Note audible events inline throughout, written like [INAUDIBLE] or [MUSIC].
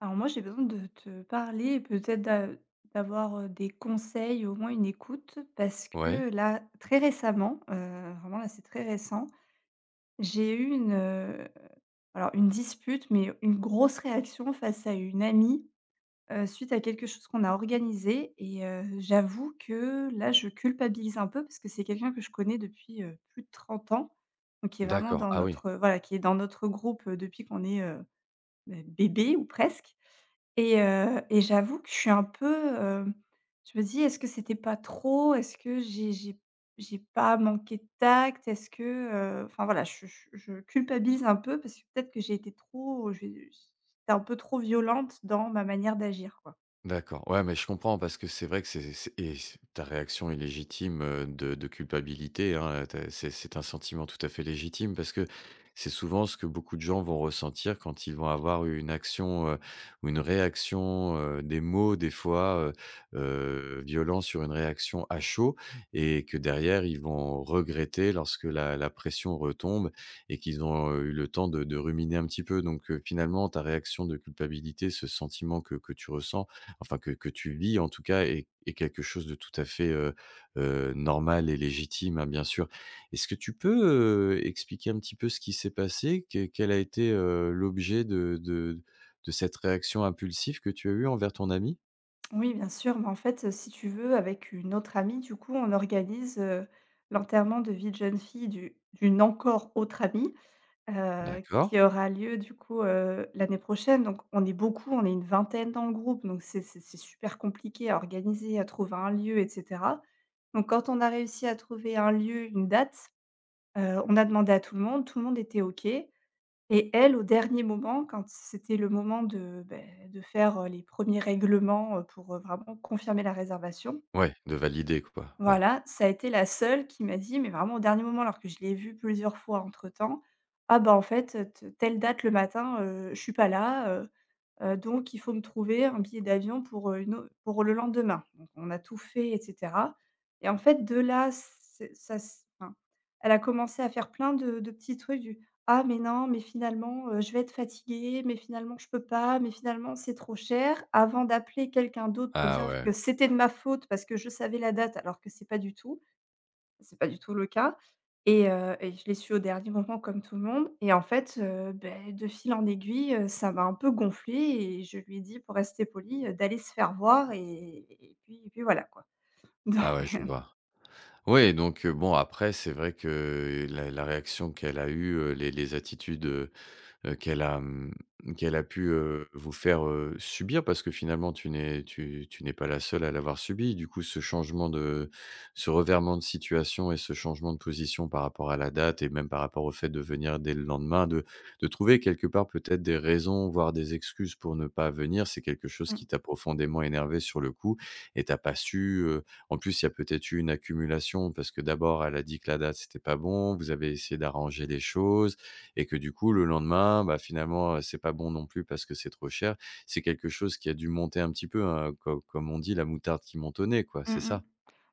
Alors moi, j'ai besoin de te parler et peut-être d'avoir des conseils, au moins une écoute, parce Ouais, que là, très récemment, vraiment là, c'est très récent, j'ai eu alors une dispute, mais une grosse réaction face à une amie suite à quelque chose qu'on a organisé. Et j'avoue que là, je culpabilise un peu parce que c'est quelqu'un que je connais depuis plus de 30 ans, donc qui est vraiment d'accord. dans Ah oui. notre, voilà, qui est dans notre groupe depuis qu'on est bébé ou presque. Et j'avoue que je suis un peu, heu, je me dis: «Est-ce que c'était pas trop? Est-ce que j'ai pas manqué de tact? Est-ce que» enfin voilà, je culpabilise un peu parce que peut-être que j'étais un peu trop violente dans ma manière d'agir, quoi. D'accord. Ouais, mais je comprends parce que c'est vrai que c'est et c ta réaction est légitime, de culpabilité, hein, c'est un sentiment tout à fait légitime parce que c'est souvent ce que beaucoup de gens vont ressentir quand ils vont avoir une action, ou une réaction, des mots des fois, violents sur une réaction à chaud et que derrière ils vont regretter lorsque la la pression retombe et qu'ils ont, eu le temps de ruminer un petit peu donc finalement ta réaction de culpabilité, ce sentiment que tu ressens, enfin que tu vis en tout cas est est quelque chose de tout à fait, normal et légitime, hein, bien sûr. Est-ce que tu peux, expliquer un petit peu ce qui s'est passé? Que quel a été, l'objet de cette réaction impulsive que tu as eue envers ton ami? Oui, bien sûr, mais en fait, si tu veux, avec une autre amie, du coup, on organise, l'enterrement de vie de jeune fille du d'une encore autre amie, D'accord. qui aura lieu du coup, l'année prochaine. Donc on est beaucoup, on est une vingtaine dans le groupe, donc c'est super compliqué à organiser, à trouver un lieu et cetera. Donc quand on a réussi à trouver un lieu, une date, on a demandé à tout le monde était OK et elle, au dernier moment, quand c'était le moment de faire, les premiers règlements, pour, vraiment confirmer la réservation. Ouais, de valider quoi, ouais. Voilà, ça a été la seule qui m'a dit, mais vraiment au dernier moment, alors que je l'ai vue plusieurs fois entre-temps: «Ah bah, en fait, telle date le matin, je suis pas là, donc il faut me trouver un billet d'avion pour, une au pour le lendemain. Donc on a tout fait et cetera et en fait de là, c'est ça, s enfin, elle a commencé à faire plein de petits trucs du: «Ah mais non, mais finalement, je vais être fatiguée, mais finalement je peux pas, mais finalement c'est trop cher», avant d'appeler quelqu'un d'autre pour Ah dire ouais, que c'était de ma faute parce que je savais la date alors que c'est pas du tout. C'est pas du tout le cas et je l'ai su au dernier moment comme tout le monde et en fait, de fil en aiguille, ça m'a un peu gonflé et je lui ai dit pour rester poli d'aller se faire voir et puis voilà quoi. ah ouais, [LAUGHS] Don je vois. Oui, donc, bon après c'est vrai que la la réaction qu'elle a eue, les attitudes, qu'elle a, qu'elle a pu, vous faire, subir parce que finalement tu n'es tu tu n'es pas la seule à l'avoir subi. Du coup, ce changement de ce revirement de situation et ce changement de position par rapport à la date et même par rapport au fait de venir dès le lendemain, de trouver quelque part peut-être des raisons, voire des excuses pour ne pas venir, c'est quelque chose Mmh. qui t'a profondément énervé sur le coup et t'as pas su, en plus, il y a peut-être eu une accumulation parce que d'abord elle a dit que la date c'était pas bon, vous avez essayé d'arranger les choses, et que du coup le lendemain, bah, finalement, c'est pas bon non plus parce que c'est trop cher. C'est quelque chose qui a dû monter un petit peu, hein, co comme on dit: «La moutarde qui montonnait», quoi, Mmh c'est mh. ça.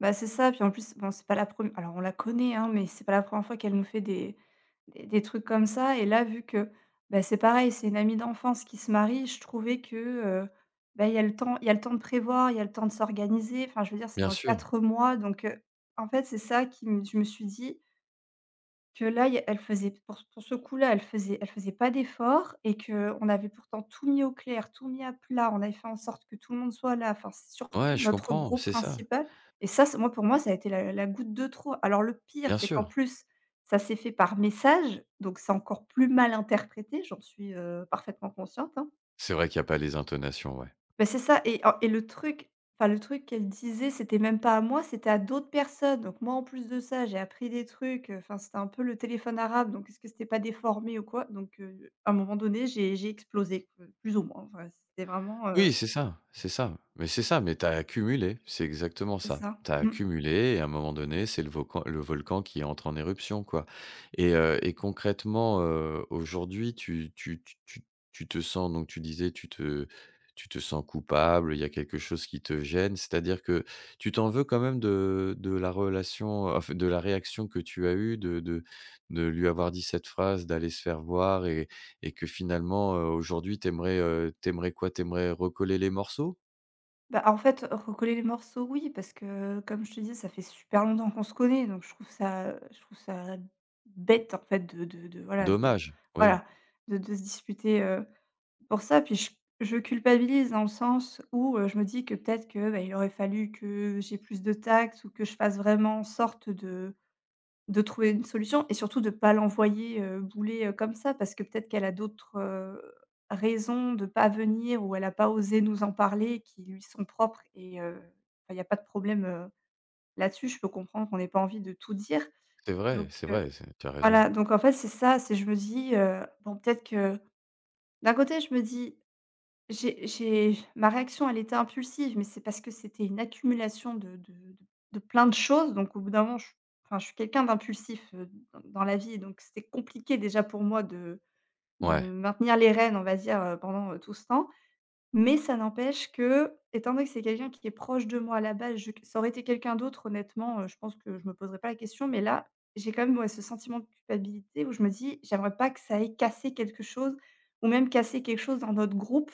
Bah, c'est ça, puis en plus, bon, c'est pas la première alors on la connaît, hein, mais c'est pas la première fois qu'elle nous fait des trucs comme ça et là, vu que, bah, c'est pareil, c'est une amie d'enfance qui se marie, je trouvais que, bah, il y a le temps de prévoir, il y a le temps de s'organiser. Enfin, je veux dire, c'est Bien dans sûr. 4 mois, donc en fait, c'est ça qui me je me suis dit: que là, il y a elle faisait pour ce coup-là, elle faisait pas d'effort et que on avait pourtant tout mis au clair, tout mis à plat, on avait fait en sorte que tout le monde soit là, enfin, c'est surtout Ouais, je notre comprends, groupe c'est ça. principal et ça, c'est moi, pour moi, ça a été la goutte de trop. Alors le pire, Bien c'est qu'en sûr. plus, ça s'est fait par message, donc c'est encore plus mal interprété, j'en suis, parfaitement consciente, hein. C'est vrai qu'il y a pas les intonations, ouais. Bah, c'est ça et le truc, enfin, le truc qu'elle disait, c'était même pas à moi, c'était à d'autres personnes. Donc moi, en plus de ça, j'ai appris des trucs, enfin, c'était un peu le téléphone arabe, donc est-ce que c'était pas déformé ou quoi? Donc à un moment donné, j'ai explosé, plus ou moins, enfin, c'était vraiment, Oui, c'est ça, c'est ça. Mais c'est ça, mais tu as accumulé, c'est exactement c'est ça. ça. Tu as Mmh. accumulé et à un moment donné, c'est le volcan qui entre en éruption, quoi et concrètement, aujourd'hui, tu tu te sens donc tu disais, tu te sens coupable, il y a quelque chose qui te gêne, c'est-à-dire que tu t'en veux quand même de la relation, enfin de la réaction que tu as eue, de lui avoir dit cette phrase, d'aller se faire voir et que finalement, aujourd'hui, t'aimerais aimerais, quoi? T'aimerais recoller les morceaux? Bah, en fait, recoller les morceaux, oui, parce que comme je te dis, ça fait super longtemps qu'on se connaît, donc je trouve ça bête, en fait, de voilà de Dommage, oui. voilà, de se disputer, pour ça, puis je culpabilise dans le sens où, je me dis que peut-être que, bah, il aurait fallu que j'ai plus de tact ou que je fasse vraiment en sorte de trouver une solution et surtout de pas l'envoyer, bouler, comme ça parce que peut-être qu'elle a d'autres, raisons de pas venir ou elle a pas osé nous en parler qui lui sont propres et enfin, il y a pas de problème, là-dessus. Je peux comprendre qu'on ait pas envie de tout dire C'est vrai, donc c'est vrai, c'est tu as raison. voilà, donc en fait, c'est ça, c'est je me dis, bon peut-être que d'un côté je me dis: j'ai ma réaction, elle était impulsive, mais c'est parce que c'était une accumulation de plein de choses, donc au bout d'un moment, je enfin, je suis quelqu'un d'impulsif, dans la vie, donc c'était compliqué déjà pour moi de Ouais, maintenir les rênes, on va dire, pendant, tout ce temps. Mais ça n'empêche que, étant donné que c'est quelqu'un qui est proche de moi à la base, je ça aurait été quelqu'un d'autre honnêtement, je pense que je me poserais pas la question, mais là, j'ai quand même, ouais, ce sentiment de culpabilité où je me dis: «J'aimerais pas que ça ait cassé quelque chose ou même cassé quelque chose dans notre groupe».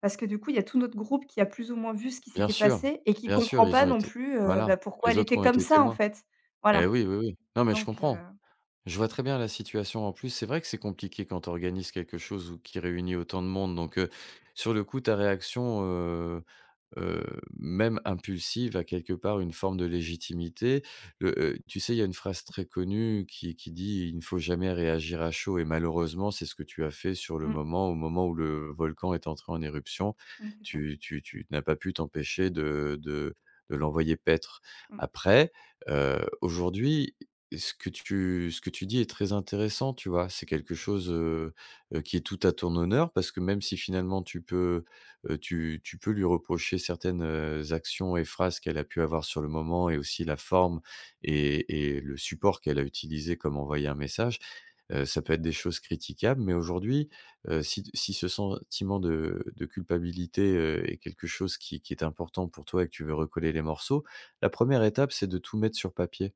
Parce que du coup, il y a tout notre groupe qui a plus ou moins vu ce qui bien s'était sûr, passé et qui bien sûr, comprend ils pas ont non été plus, bah, voilà, pourquoi elle les autres était ont comme été ça, en témoins. fait. Voilà, Eh oui, oui, oui. Non, mais je donc, comprends. Je vois très bien la situation. En plus, c'est vrai que c'est compliqué quand tu organises quelque chose ou qui réunit autant de monde donc sur le coup, ta réaction, même impulsive, a quelque part une forme de légitimité. Le, tu sais, il y a une phrase très connue qui dit: «Il ne faut jamais réagir à chaud» et malheureusement, c'est ce que tu as fait sur mmh, le mmh, moment, au moment où le volcan est entré en éruption. mmh, c'est ça. Tu n'as pas pu t'empêcher de l'envoyer paître. Mmh. Après, aujourd'hui, ce que tu dis est très intéressant, tu vois? C'est quelque chose, qui est tout à ton honneur parce que même si finalement tu peux tu tu peux lui reprocher certaines, actions et phrases qu'elle a pu avoir sur le moment et aussi la forme et le support qu'elle a utilisé comme envoyer un message. Ça peut être des choses critiquables, mais aujourd'hui, si si ce sentiment de culpabilité, est quelque chose qui est important pour toi et que tu veux recoller les morceaux, la première étape, c'est de tout mettre sur papier.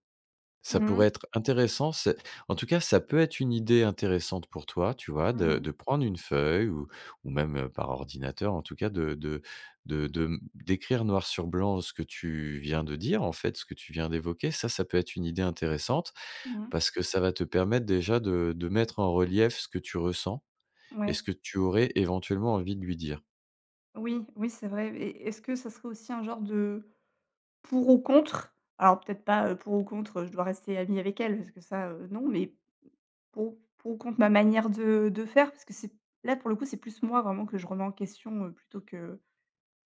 Ça Mmh pourrait mh. être intéressant, c'est en tout cas, ça peut être une idée intéressante pour toi, tu vois? Mmh mh. De prendre une feuille ou même, par ordinateur, en tout cas, de d'écrire noir sur blanc ce que tu viens de dire, en fait, ce que tu viens d'évoquer. Ça peut être une idée intéressante Mmh. parce que ça va te permettre déjà de mettre en relief ce que tu ressens et Ouais. ce que tu aurais éventuellement envie de lui dire. Oui, oui, c'est vrai et est-ce que ça serait aussi un genre de pour ou contre? Alors peut-être pas, pour ou contre, je dois rester amie avec elle parce que ça, non, mais pour ou contre ma manière de faire? Parce que c'est là, pour le coup, c'est plus moi vraiment que je remets en question, plutôt que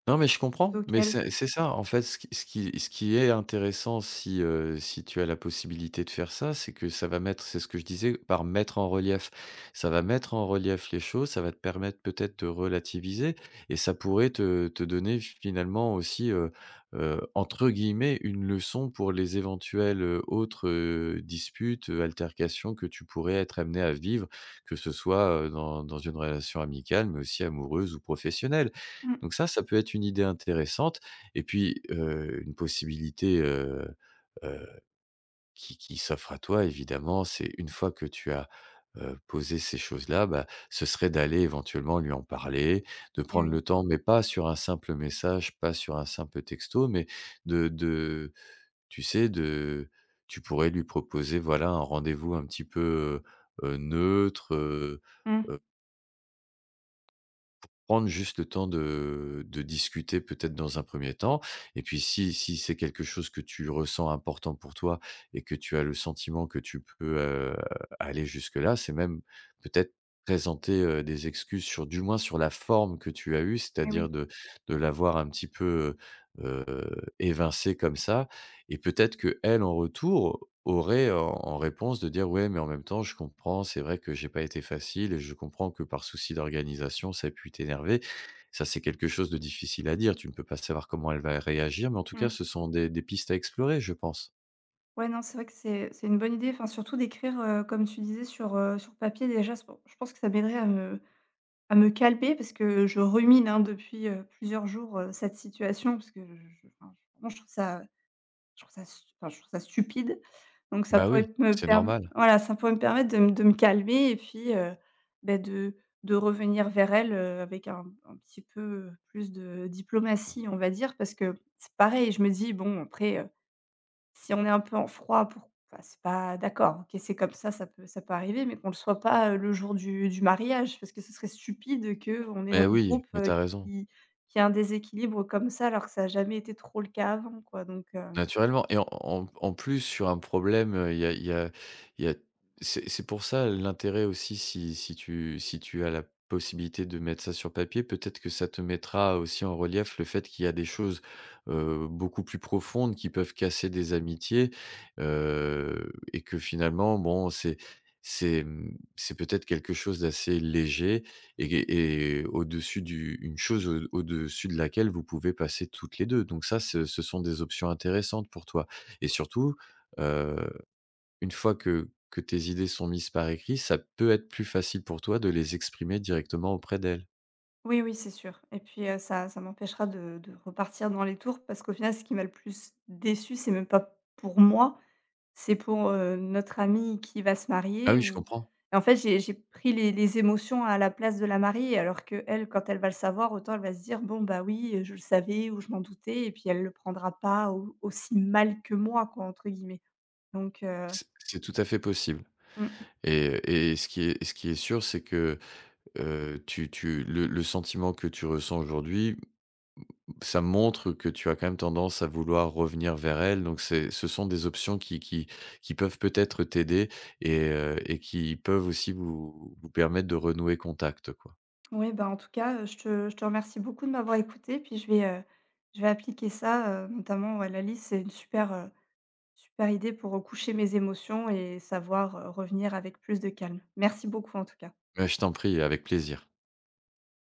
Non, mais je plutôt comprends, mais qu'elle. C'est ça, en fait, ce qui ce qui ce qui est intéressant si, si tu as la possibilité de faire ça, c'est que ça va mettre c'est ce que je disais, par mettre en relief. Ça va mettre en relief les choses, ça va te permettre peut-être de relativiser et ça pourrait te te donner finalement aussi, entre guillemets, «une leçon» pour les éventuelles, autres, disputes, altercations que tu pourrais être amené à vivre, que ce soit, dans dans une relation amicale, mais aussi amoureuse ou professionnelle. Mmh. Donc ça peut être une idée intéressante et puis, une possibilité, heu, qui s'offre à toi évidemment, c'est une fois que tu as, posé ces choses-là, bah, ce serait d'aller éventuellement lui en parler, de Et prendre oui. le temps, mais pas sur un simple message, pas sur un simple texto, mais de tu sais, de tu pourrais lui proposer, voilà, un rendez-vous un petit peu, neutre, Mmh. prendre juste le temps de discuter peut-être dans un premier temps et puis si si c'est quelque chose que tu ressens important pour toi et que tu as le sentiment que tu peux, aller jusque-là, c'est même peut-être présenter, des excuses sur du moins sur la forme que tu as eue, Et c'est-à-dire oui. De l'avoir un petit peu, heu heu, comme ça et peut-être qu'elle, en retour, aurait en en réponse de dire: «Ouais, mais en même temps, je comprends, c'est vrai que j'ai pas été facile et je comprends que par souci d'organisation, ça a pu t'énerver». Ça, c'est quelque chose de difficile à dire, tu ne peux pas savoir comment elle va réagir, mais en tout cas, Mmh. ce sont des pistes à explorer, je pense. Ouais, non, c'est vrai que c'est une bonne idée, enfin, surtout d'écrire, comme tu disais sur papier déjà, je pense que ça m'aiderait à me calmer parce que je rumine, hein, depuis, plusieurs jours, cette situation parce que je enfin, vraiment je trouve ça stu enfin, je trouve ça stupide donc ça Bah oui, pourrait me c'est perm normal. voilà, ça pourrait me permettre de me calmer et puis, bah, de revenir vers elle, avec un petit peu, plus de diplomatie, on va dire. Parce que c'est pareil, je me dis: «Bon après, si on est un peu en froid pour enfin, c'est pas d'accord, OK, c'est comme ça, ça peut arriver, mais qu'on le soit pas, le jour du mariage, parce que ce serait stupide que on ait Mais notre oui, groupe, mais t'as raison. qui qui a un déséquilibre comme ça, alors que ça a jamais été trop le cas avant, quoi, donc Naturellement et en plus sur un problème, il y a il y a il y a c'est pour ça l'intérêt aussi si si tu si tu as la possibilité de mettre ça sur papier, peut-être que ça te mettra aussi en relief le fait qu'il y a des choses, beaucoup plus profondes qui peuvent casser des amitiés, et que finalement bon c'est, c'est peut-être quelque chose d'assez léger et au-dessus du une chose au au-dessus de laquelle vous pouvez passer toutes les 2. Donc ça, ce ce sont des options intéressantes pour toi et surtout, heu, une fois que tes idées sont mises par écrit, ça peut être plus facile pour toi de les exprimer directement auprès d'elles. oui, oui, c'est sûr et puis, ça m'empêchera de repartir dans les tours parce qu'au final, ce qui m'a le plus déçu, c'est même pas pour moi, c'est pour, notre amie qui va se Ah marier oui, je ou comprends. et en fait, j'ai pris les émotions à la place de la mariée, alors que elle quand elle va le savoir, autant elle va se dire: «Bon, bah, oui, je le savais» ou «Je m'en doutais» et puis elle le prendra pas au aussi mal que moi, quoi, entre guillemets. Donc C'est tout à fait possible mmh, et ce qui est sûr, c'est que, tu tu le sentiment que tu ressens aujourd'hui ça montre que tu as quand même tendance à vouloir revenir vers elle, donc c'est ce sont des options qui peuvent peut-être t'aider et qui peuvent aussi vous vous permettre de renouer contact, quoi. ouais, bah, en tout cas, je te remercie beaucoup de m'avoir écoutée, puis je vais appliquer ça, notamment, ouais, la liste, c'est une super idée pour, recoucher mes émotions et savoir, revenir avec plus de calme. Merci beaucoup, en tout cas. Bah, je t'en prie, avec plaisir.